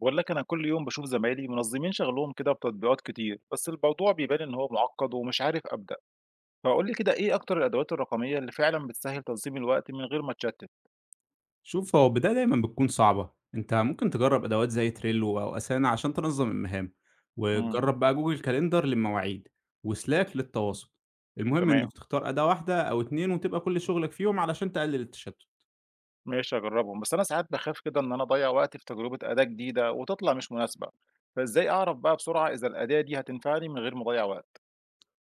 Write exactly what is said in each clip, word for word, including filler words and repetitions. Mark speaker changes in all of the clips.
Speaker 1: باقول لك أنا كل يوم باشوف زمايلي منظمين شغلهم كده بتطبيقات كتير، بس الموضوع بيبان إن هو معقد ومش عارف أبدأ، فقُل لي كده إيه أكتر الأدوات الرقمية اللي فعلًا بتسهّل تنظيم الوقت من غير ما أتشتت؟
Speaker 2: شوف هو البداية دايما بتكون صعبة، انت ممكن تجرب ادوات زي تريلو او اسانا عشان تنظم المهام،
Speaker 1: إمم.
Speaker 2: وتجرب بقى جوجل كاليندر للمواعيد، وسلاك للتواصل. المهم
Speaker 1: تمام.
Speaker 2: انك تختار اداة واحدة او اتنين وتبقى كل شغلك فيهم علشان تقلل التشتت.
Speaker 1: ماشي هاجربهم، بس أنا ساعات باخاف كده إن أنا أضيّع وقتي في تجربة أداة جديدة وتطلع مش مناسبة، فإزاي أعرف بقى بسرعة إذا الأداة دي هتنفعني من غير ما أضيّع وقت؟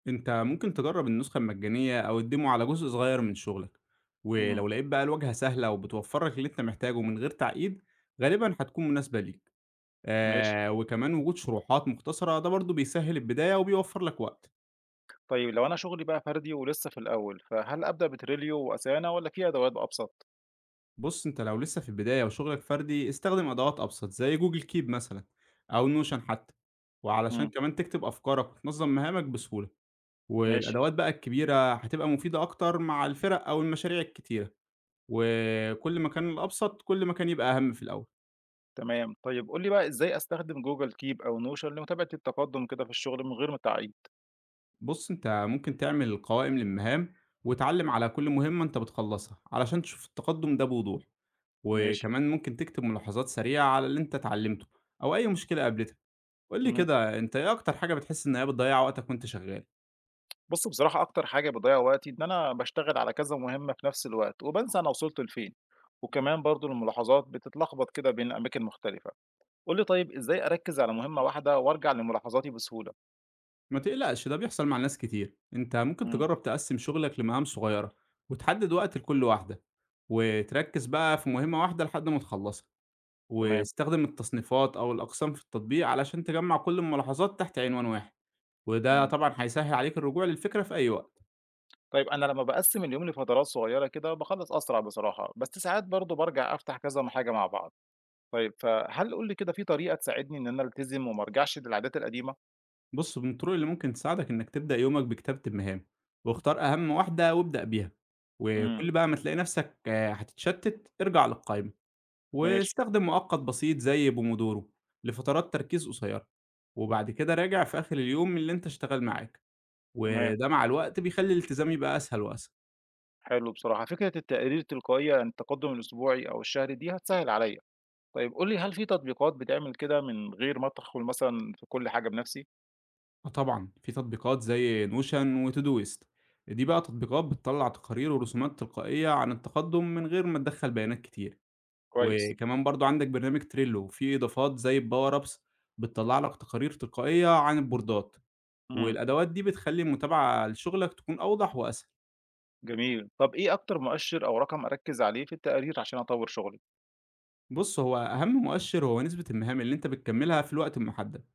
Speaker 2: انت ممكن تجرب النسخة المجانية او الديمو على جزء صغير من شغلك،
Speaker 1: إمم.
Speaker 2: ولو لقيت بقى الواجهة سهلة وبتوفر لك اللي انت محتاجه من غير تعقيد غالبا هتكون مناسبة ليك.
Speaker 1: ماشي.
Speaker 2: آه وكمان وجود شروحات مختصرة ده برضو بيسهل البداية وبيوفر لك وقت.
Speaker 1: طيب لو أنا شغلي بقى فردي ولسه في الأول، فهل أبدأ بتريليو وأسانا والّا في أدوات أبسط؟
Speaker 2: بُص، أنت لو لسه في البداية وشغلك فردي، استخدم أدوات أبسط زي جوجل كيب مثلًا أو نوشن حتى، وعلشان
Speaker 1: إمم.
Speaker 2: كمان تكتب أفكارك وتنظم مهامك بسهولة،
Speaker 1: ماشي.
Speaker 2: والأدوات بقى الكبيرة هتبقى مفيدة أكتر مع الفرق أو المشاريع الكتيرة، وكل ما كان الأبسط كل ما كان يبقى أهم في الأول.
Speaker 1: تمام. طيب قُل لي بقى إزاي أستخدم Google Keep أو Notion لمتابعة التقدُّم كده في الشغل من غير ما تعقيد؟
Speaker 2: بُص، أنت ممكن تعمل قوائم للمهام وتعلِّم على كل مهمة أنت بتخلصها علشان تشوف التقدم ده بوضوح،
Speaker 1: ماشي.
Speaker 2: وكمان ممكن تكتب ملاحظات سريعة على اللي أنت اتعلمته أو أي مشكلة قابلتك. قُل لي
Speaker 1: إمم.
Speaker 2: كده، أنت إيه أكتر حاجة بتحس إن هي بتضيّع وقتك وأنت شغال؟
Speaker 1: بُص، بصراحة أكتر حاجة بتضيّع وقتي إن أنا باشتغل على كذا مهمة في نفس الوقت وبانسى أنا وصلت لفين، وكمان برضه الملاحظات بتتلخبط كده بين أماكن مختلفة. قُل لي طيب إزاي أركّز على مهمة واحدة وأرجع لملاحظاتي بسهولة؟
Speaker 2: ما تقلقش ده بيحصل مع ناس كتير، أنت ممكن
Speaker 1: إمم.
Speaker 2: تجرّب تقسّم شغلك لمهام صغيّرة، وتحدد وقت لكل واحدة، وتركّز بقى في مهمة واحدة لحد ما تخلّصها،
Speaker 1: تمام.
Speaker 2: واستخدم التصنيفات أو الأقسام في التطبيق علشان تجمّع كل الملاحظات تحت عنوان واحد، وده
Speaker 1: إمم.
Speaker 2: طبعًا هيسهّل عليك الرجوع للفكرة في أي وقت.
Speaker 1: طيب أنا لمّا باقسّم اليوم لفترات صغيرة كده باخلّص أسرع بصراحة، بس ساعات برضه بارجع أفتح كذا م حاجة مع بعض. طيب، فهل قُل لي كده في طريقة تساعدني إن أنا ألتزم وما أرجعش للعادات القديمة؟
Speaker 2: بُص، من الطرق اللي ممكن تساعدك إنك تبدأ يومك بكتابة المهام، واختار أهم واحدة وابدأ بيها،
Speaker 1: إمم.
Speaker 2: وكل بقى ما تلاقي نفسك آه، هتتشتت، ارجع للقائمة.
Speaker 1: ماشي.
Speaker 2: واستخدم مؤقت بسيط زي بومودورو لفترات تركيز قصيرة، وبعد كده راجع في آخر اليوم من اللي أنت اشتغل معاك،
Speaker 1: تمام.
Speaker 2: وده مع الوقت بيخلي الالتزام يبقى أسهل وأسهل.
Speaker 1: حلو بصراحة، فكرة التقارير التلقائية عن التقدُّم الأسبوعي أو الشهري دي هتسهِّل عليّا. طيب قُل لي هل في تطبيقات بتعمل كده من غير ما أدخُل مثلًا في كل حاجة بنَفْسي؟
Speaker 2: آه طبعا، في تطبيقات زي نوشن وتودويست، دي بقى تطبيقات بتطلع تقارير ورسومات تلقائية عن التقدم من غير ما تدخل بيانات كتير،
Speaker 1: كويس.
Speaker 2: وكمان برضو عندك برنامج تريلو فيه إضافات زي الباور أبس بتطلع لك تقارير تلقائية عن البوردات،
Speaker 1: إمم.
Speaker 2: والأدوات دي بتخلي المتابعة لشغلك تكون أوضح وأسهل.
Speaker 1: جميل. طَب إيه أكتر مؤشِّر أو رقم أركِّز عليه في التقارير عشان أطوّر شُغلي؟
Speaker 2: بُص، هو أهم مؤشر هو نسبة المهام اللي أنت بتكمّلها في الوقت المُحدد،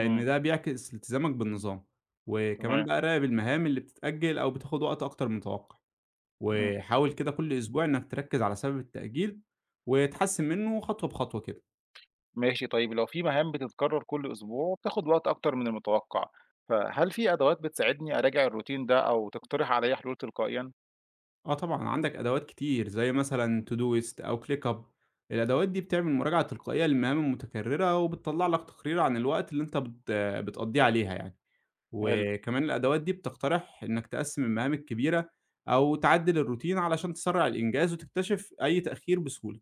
Speaker 1: إمم.
Speaker 2: ده بيعكس التزامك بالنظام، وكمان
Speaker 1: تمام.
Speaker 2: بقى راقب المهام اللي بتتأجّل أو بتاخد وقت أكتر من المتوقع،
Speaker 1: إمم.
Speaker 2: وحاول كده كل أسبوع إنك تركّز على سبب التأجيل وتحسّن منه خطوة بخطوة كده.
Speaker 1: ماشي. طيب لو في مهام بتتكرر كل أسبوع وبتاخد وقت أكتر من المتوقع، فهل في أدوات بتساعدني أراجع الروتين ده أو تقترح عليا حلول تلقائيا؟
Speaker 2: آه طبعًا، عندك أدوات كتير زي مثلًا تودويست أو كليك أب، الأدوات دي بتعمل مراجعة تلقائية للمهام المتكررة وبتطلّع لك تقرير عن الوقت اللي أنت بت بتقضّيه عليها يعني.
Speaker 1: حلو.
Speaker 2: وكمان الأدوات دي بتقترح إنك تقسّم المهام الكبيرة أو تعدِّل الروتين علشان تسرّع الإنجاز وتكتشف أي تأخير بسهولة.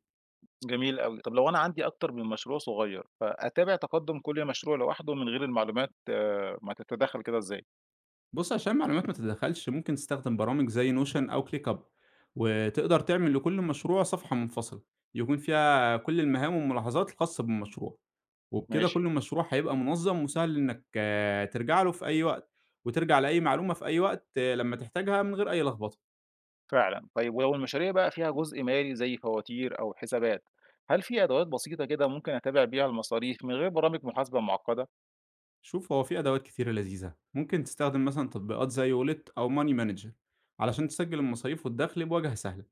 Speaker 1: جميل أوي. طب لو أنا عندي أكتر من مشروع صغير، فأتابع تقدم كل مشروع لوحده من غير المعلومات آه، ما تتداخل كده إزاي؟
Speaker 2: بُص، عشان المعلومات ما تتداخلش، ممكن تستخدم برامج زي نوشن أو كليك أب، وتقدر تعمل لكل مشروع صفحة منفصلة يكون فيها كل المهام والملاحظات الخاصة بالمشروع، وبكده
Speaker 1: ماشي.
Speaker 2: كل مشروع هيبقى منظَّم وسهل إنك آه، ترجع له في أي وقت، وترجع لأي معلومة في أي وقت آه، لمّا تحتاجها من غير أي لخبطة.
Speaker 1: فعلا. طيب ولو المشاريع بقى فيها جزء مالي زي فواتير أو حسابات، هل في أدوات بسيطة كده ممكن أتابع بيها المصاريف من غير برامج محاسبة معقدة؟
Speaker 2: شوف هو في أدوات كتيرة لذيذة، ممكن تستخدم مثلا تطبيقات زي وولت أو ماني مانجر علشان تسجل المصاريف والدخل بواجهة سهلة،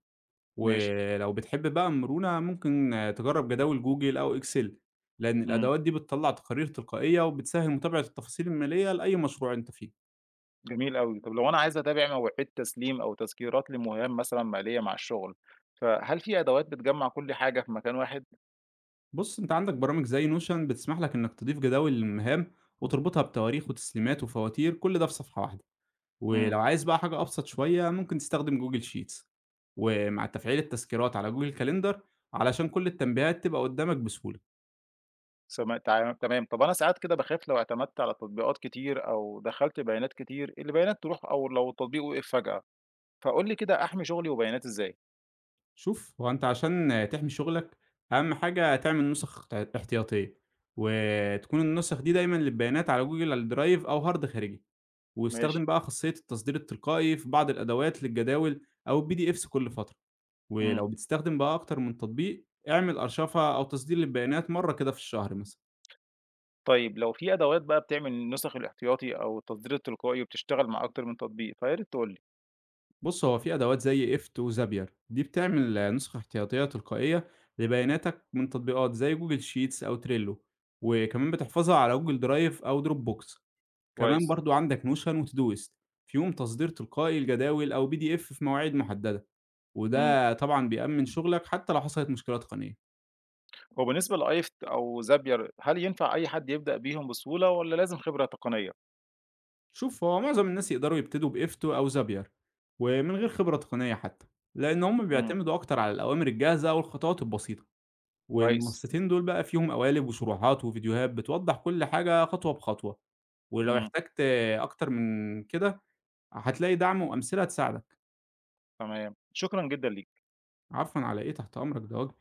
Speaker 1: ماشي.
Speaker 2: ولو بتحب بقى مرونة ممكن آه، تجرب جداول جوجل أو إكسل، لأن
Speaker 1: مم.
Speaker 2: الأدوات دي بتطلع تقارير تلقائية وبتسهل متابعة التفاصيل المالية لأي مشروع أنت فيه.
Speaker 1: جميل أوي. طب لو أنا عايز أتابع مواعيد تسليم أو تذكيرات لمهام مثلًا مالية مع الشغل، فهل في أدوات بتجمّع كل حاجة في مكان واحد؟
Speaker 2: بص أنت عندك برامج زي نوشن بتسمح لك إنك تضيف جداول للمهام وتربطها بتواريخ وتسليمات وفواتير كل ده في صفحة واحدة،
Speaker 1: إمم.
Speaker 2: ولو عايز بقى حاجة أبسط شوية، ممكن تستخدم جوجل شيتس، ومع تفعيل التذكيرات على جوجل كاليندر علشان كل التنبيهات تبقى قدامك بسهولة.
Speaker 1: سما تع تمام. طب أنا ساعات كده باخاف لو اعتمدت على تطبيقات كتير أو دخلت بيانات كتير، البيانات تروح أو لو التطبيق وقف فجأة، فقُل لي كده أحمي شغلي وبياناتي إزاي؟
Speaker 2: شوف، هو أنت عشان تحمي شغلك أهم حاجة تعمل نسخ ت احتياطية، وتكون النسخ دي دايمًا للبيانات على جوجل درايف أو هارد خارجي،
Speaker 1: ماشي.
Speaker 2: واستخدم بقى خاصية التصدير التلقائي في بعض الأدوات للجداول أو البي دي إفس كل فترة،
Speaker 1: إمم.
Speaker 2: ولو بتستخدم بقى أكتر من تطبيق، اعمل أرشفة أو تصدير للبيانات مرة كده في الشهر مثلًا.
Speaker 1: طيب لو في أدوات بقى بتعمل النسخ الاحتياطي أو التصدير التلقائي وبتشتغل مع أكتر من تطبيق، فيا ريت تقُل لي.
Speaker 2: بص هو في أدوات زي إفت وزابير دي بتعمل آه، نسخة احتياطية تلقائية لبياناتك من تطبيقات زي جوجل شيتس أو تريلو، وكمان بتحفظها على جوجل درايف أو دروب بوكس. كمان
Speaker 1: كويس.
Speaker 2: برضو عندك نوشن وتودوست فيهم تصدير تلقائي الجداول أو بي دي إف في مواعيد محددة،
Speaker 1: إمم.
Speaker 2: وده طبعا بيأمن شغلك حتى لو حصلت مشكلة تقنية.
Speaker 1: هو بالنسبة لأيفت أو زابير هل ينفع أي حد يبدأ بيهم بسهولة والّا لازم خبرة تقنية؟
Speaker 2: شوف هو معظم الناس يقدروا يبتدوا بإفتو أو زابير ومن غير خبرة تقنية حتى، لأن هم
Speaker 1: إمم.
Speaker 2: بيعتمدوا أكتر على الأوامر الجاهزة والخطوات البسيطة،
Speaker 1: كويس.
Speaker 2: والمنصتين دول بقى فيهم قوالب وشروحات وفيديوهات بتوضّح كل حاجة خطوة بخطوة، ولو
Speaker 1: إمم.
Speaker 2: احتجت أكتر من كده هتلاقي دعم وأمثلة تساعدك.
Speaker 1: تمام، شكرًا جدًا ليك.
Speaker 2: عفوًا على إيه، تحت أمرك، ده واجبي.